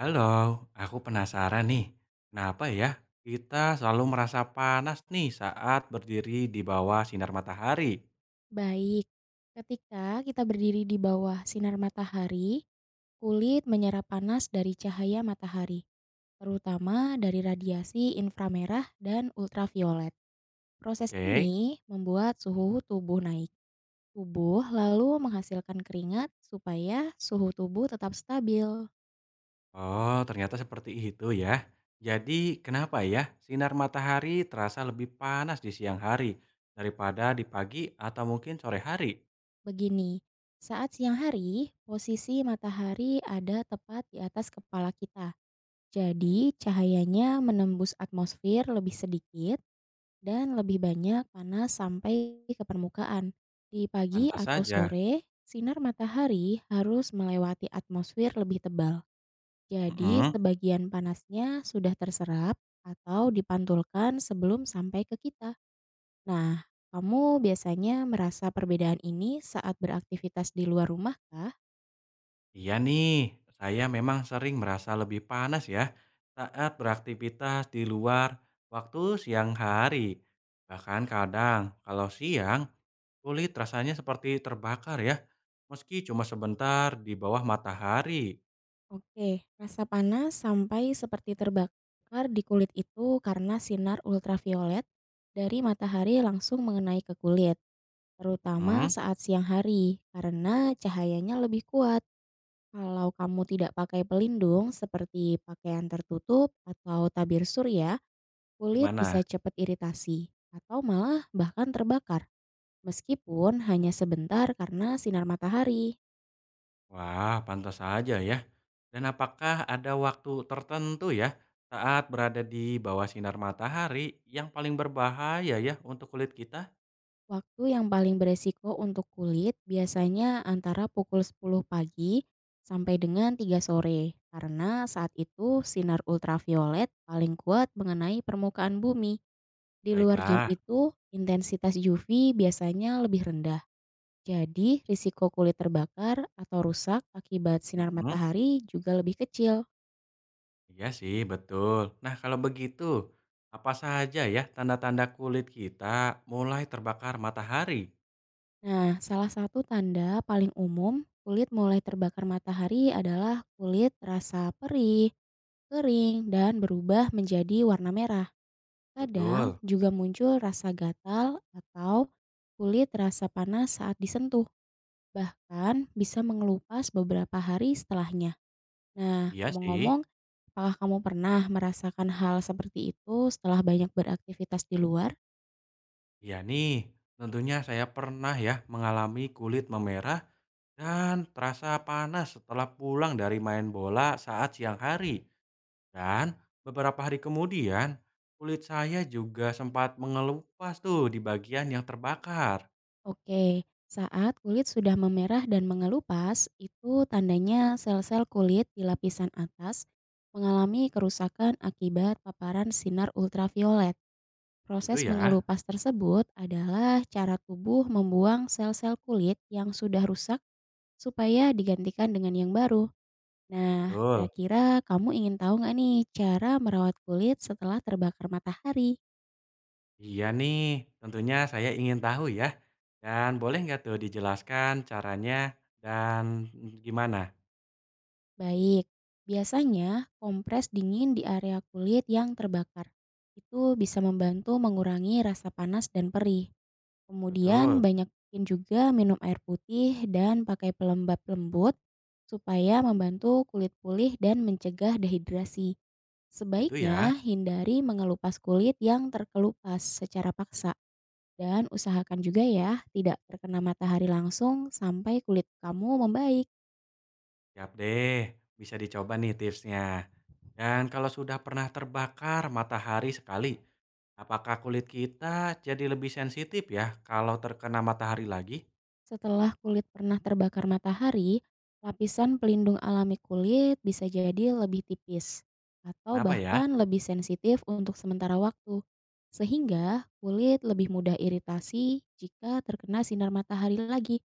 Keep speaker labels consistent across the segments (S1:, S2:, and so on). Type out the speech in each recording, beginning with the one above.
S1: Halo, aku penasaran nih, kenapa ya kita selalu merasa panas nih saat berdiri di bawah sinar matahari?
S2: Baik, ketika kita berdiri di bawah sinar matahari, kulit menyerap panas dari cahaya matahari, terutama dari radiasi inframerah dan ultraviolet. Proses
S1: Oke,
S2: ini membuat suhu tubuh naik. Tubuh lalu menghasilkan keringat supaya suhu tubuh tetap stabil.
S1: oh ternyata seperti itu ya. Jadi kenapa ya sinar matahari terasa lebih panas di siang hari daripada di pagi atau mungkin sore hari?
S2: Begini, saat siang hari, posisi matahari ada tepat di atas kepala kita. Jadi, cahayanya menembus atmosfer lebih sedikit dan lebih banyak panas sampai ke permukaan. Di pagi
S1: Pantas
S2: atau
S1: saja.
S2: sore, sinar matahari harus melewati atmosfer lebih tebal. Jadi,
S1: Mm-mm.
S2: sebagian panasnya sudah terserap atau dipantulkan sebelum sampai ke kita. Nah, kamu biasanya merasa perbedaan ini saat beraktivitas di luar rumah kah?
S1: Iya nih, saya memang sering merasa lebih panas ya saat beraktivitas di luar waktu siang hari. Bahkan kadang kalau siang kulit rasanya seperti terbakar ya, meski cuma sebentar di bawah matahari.
S2: Oke, rasa panas sampai seperti terbakar di kulit itu karena sinar ultraviolet dari matahari langsung mengenai ke kulit. Terutama
S1: mm
S2: saat siang hari, karena cahayanya lebih kuat. Kalau kamu tidak pakai pelindung seperti pakaian tertutup atau tabir surya, kulit
S1: Gimana?
S2: bisa cepat iritasi atau malah bahkan terbakar. Meskipun hanya sebentar karena sinar matahari.
S1: Wah, pantas saja ya. Dan apakah ada waktu tertentu ya saat berada di bawah sinar matahari yang paling berbahaya ya untuk kulit kita?
S2: Waktu yang paling beresiko untuk kulit biasanya antara pukul 10 pagi sampai dengan 3 sore karena saat itu sinar ultraviolet paling kuat mengenai permukaan bumi. Di luar jam
S1: Baiklah.
S2: itu, intensitas UV biasanya lebih rendah. Jadi, risiko kulit terbakar atau rusak akibat sinar
S1: Mm-mm.
S2: matahari juga lebih kecil.
S1: Iya sih, betul. Nah, kalau begitu, apa saja ya tanda-tanda kulit kita mulai terbakar matahari?
S2: Nah, salah satu tanda paling umum kulit mulai terbakar matahari adalah kulit terasa perih, kering, dan berubah menjadi warna merah.
S1: Betul.
S2: Kadang juga muncul rasa gatal atau kulit terasa panas saat disentuh, bahkan bisa mengelupas beberapa hari setelahnya. Nah,
S1: Iya sih.
S2: ngomong-ngomong, apakah kamu pernah merasakan hal seperti itu setelah banyak beraktivitas di luar?
S1: Iya nih, tentunya saya pernah ya mengalami kulit memerah dan terasa panas setelah pulang dari main bola saat siang hari. Dan beberapa hari kemudian, kulit saya juga sempat mengelupas tuh di bagian yang terbakar.
S2: Oke, saat kulit sudah memerah dan mengelupas, itu tandanya sel-sel kulit di lapisan atas mengalami kerusakan akibat paparan sinar ultraviolet.
S1: Gitu
S2: Proses
S1: ya.
S2: mengelupas tersebut adalah cara tubuh membuang sel-sel kulit yang sudah rusak supaya digantikan dengan yang baru. Nah,
S1: Betul.
S2: kira-kira kamu ingin tahu nggak nih cara merawat kulit setelah terbakar matahari?
S1: Iya nih, tentunya saya ingin tahu ya. Dan boleh nggak tuh dijelaskan caranya dan gimana?
S2: Baik, biasanya kompres dingin di area kulit yang terbakar. Itu bisa membantu mengurangi rasa panas dan perih.
S1: Betul,
S2: Kemudian banyakin juga minum air putih dan pakai pelembab lembut supaya membantu kulit pulih dan mencegah dehidrasi.
S1: gitu ya.
S2: Sebaiknya hindari mengelupas kulit yang terkelupas secara paksa dan usahakan juga ya, tidak terkena matahari langsung sampai kulit kamu membaik.
S1: Siap deh, bisa dicoba nih tipsnya. Dan kalau sudah pernah terbakar matahari sekali, apakah kulit kita jadi lebih sensitif ya kalau terkena matahari lagi?
S2: Setelah kulit pernah terbakar matahari, lapisan pelindung alami kulit bisa jadi lebih tipis atau
S1: Kenapa ya?
S2: bahkan lebih sensitif untuk sementara waktu. Sehingga kulit lebih mudah iritasi jika terkena sinar matahari lagi.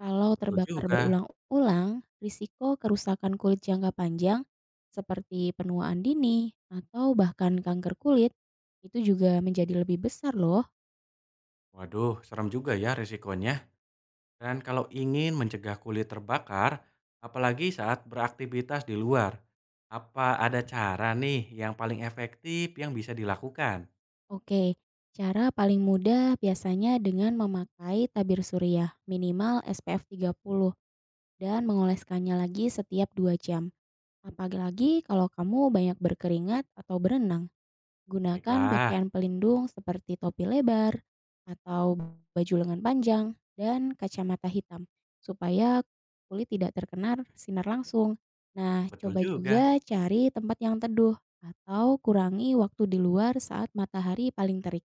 S2: Kalau
S1: Betul
S2: terbakar
S1: juga.
S2: berulang-ulang, risiko kerusakan kulit jangka panjang seperti penuaan dini atau bahkan kanker kulit itu juga menjadi lebih besar loh.
S1: Waduh, serem juga ya risikonya. Dan kalau ingin mencegah kulit terbakar, apalagi saat beraktivitas di luar, apa ada cara nih yang paling efektif yang bisa dilakukan?
S2: Oke, cara paling mudah biasanya dengan memakai tabir suriah minimal SPF 30 dan mengoleskannya lagi setiap 2 jam. Apalagi kalau kamu banyak berkeringat atau berenang. Gunakan
S1: Baiklah,
S2: pakaian pelindung seperti topi lebar atau baju lengan panjang dan kacamata hitam supaya kulit tidak terkena sinar langsung. Nah,
S1: betul
S2: coba
S1: juga.
S2: juga cari tempat yang teduh atau kurangi waktu di luar saat matahari paling terik,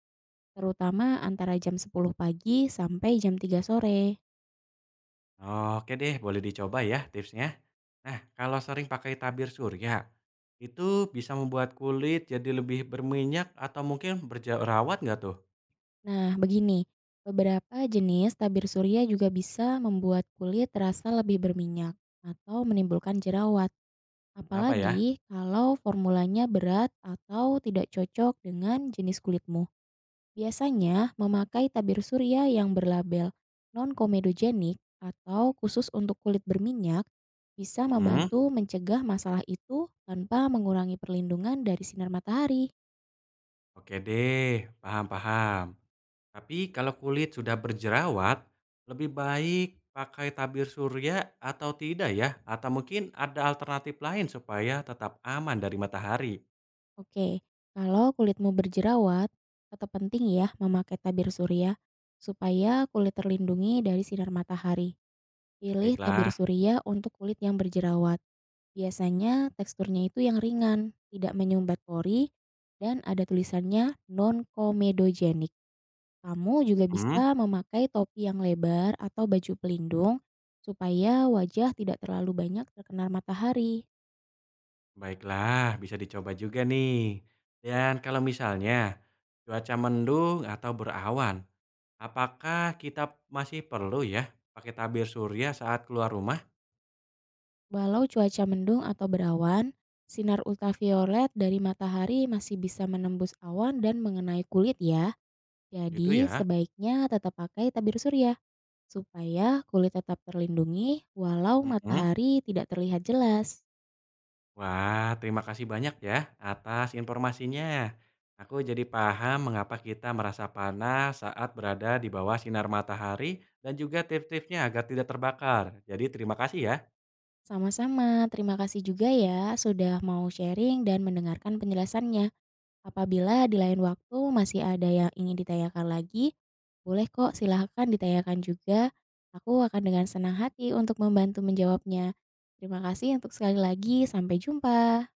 S2: terutama antara jam 10 pagi sampai jam 3 sore.
S1: Oke deh, boleh dicoba ya tipsnya. Nah, kalau sering pakai tabir surya, itu bisa membuat kulit jadi lebih berminyak atau mungkin berjerawat nggak tuh?
S2: Nah, begini, beberapa jenis tabir surya juga bisa membuat kulit terasa lebih berminyak atau menimbulkan jerawat.
S1: Kenapa ya?
S2: Apalagi kalau formulanya berat atau tidak cocok dengan jenis kulitmu. Biasanya memakai tabir surya yang berlabel non-komedogenik atau khusus untuk kulit berminyak bisa
S1: Mm-mm.
S2: membantu mencegah masalah itu tanpa mengurangi perlindungan dari sinar matahari.
S1: Oke deh, paham-paham. Tapi kalau kulit sudah berjerawat, lebih baik pakai tabir surya atau tidak ya? Atau mungkin ada alternatif lain supaya tetap aman dari matahari?
S2: Oke, kalau kulitmu berjerawat, tetap penting ya memakai tabir surya supaya kulit terlindungi dari sinar matahari. Pilih
S1: Baiklah,
S2: tabir surya untuk kulit yang berjerawat. Biasanya teksturnya itu yang ringan, tidak menyumbat pori, dan ada tulisannya non comedogenic. Kamu juga
S1: hmm,
S2: bisa memakai topi yang lebar atau baju pelindung supaya wajah tidak terlalu banyak terkena matahari.
S1: baiklah, bisa dicoba juga nih. Dan kalau misalnya cuaca mendung atau berawan, apakah kita masih perlu ya pakai tabir surya saat keluar rumah?
S2: Walau cuaca mendung atau berawan, sinar ultraviolet dari matahari masih bisa menembus awan dan mengenai kulit ya.
S1: Gitu
S2: Jadi
S1: ya?
S2: sebaiknya tetap pakai tabir surya supaya kulit tetap terlindungi walau
S1: Mhm.
S2: matahari tidak terlihat jelas.
S1: Wah, terima kasih banyak ya atas informasinya. Aku jadi paham mengapa kita merasa panas saat berada di bawah sinar matahari dan juga tips-tipsnya agar tidak terbakar. Jadi terima kasih ya.
S2: Sama-sama, terima kasih juga ya sudah mau sharing dan mendengarkan penjelasannya. Apabila di lain waktu masih ada yang ingin ditanyakan lagi, boleh kok silahkan ditanyakan juga. Aku akan dengan senang hati untuk membantu menjawabnya. Terima kasih untuk sekali lagi, sampai jumpa.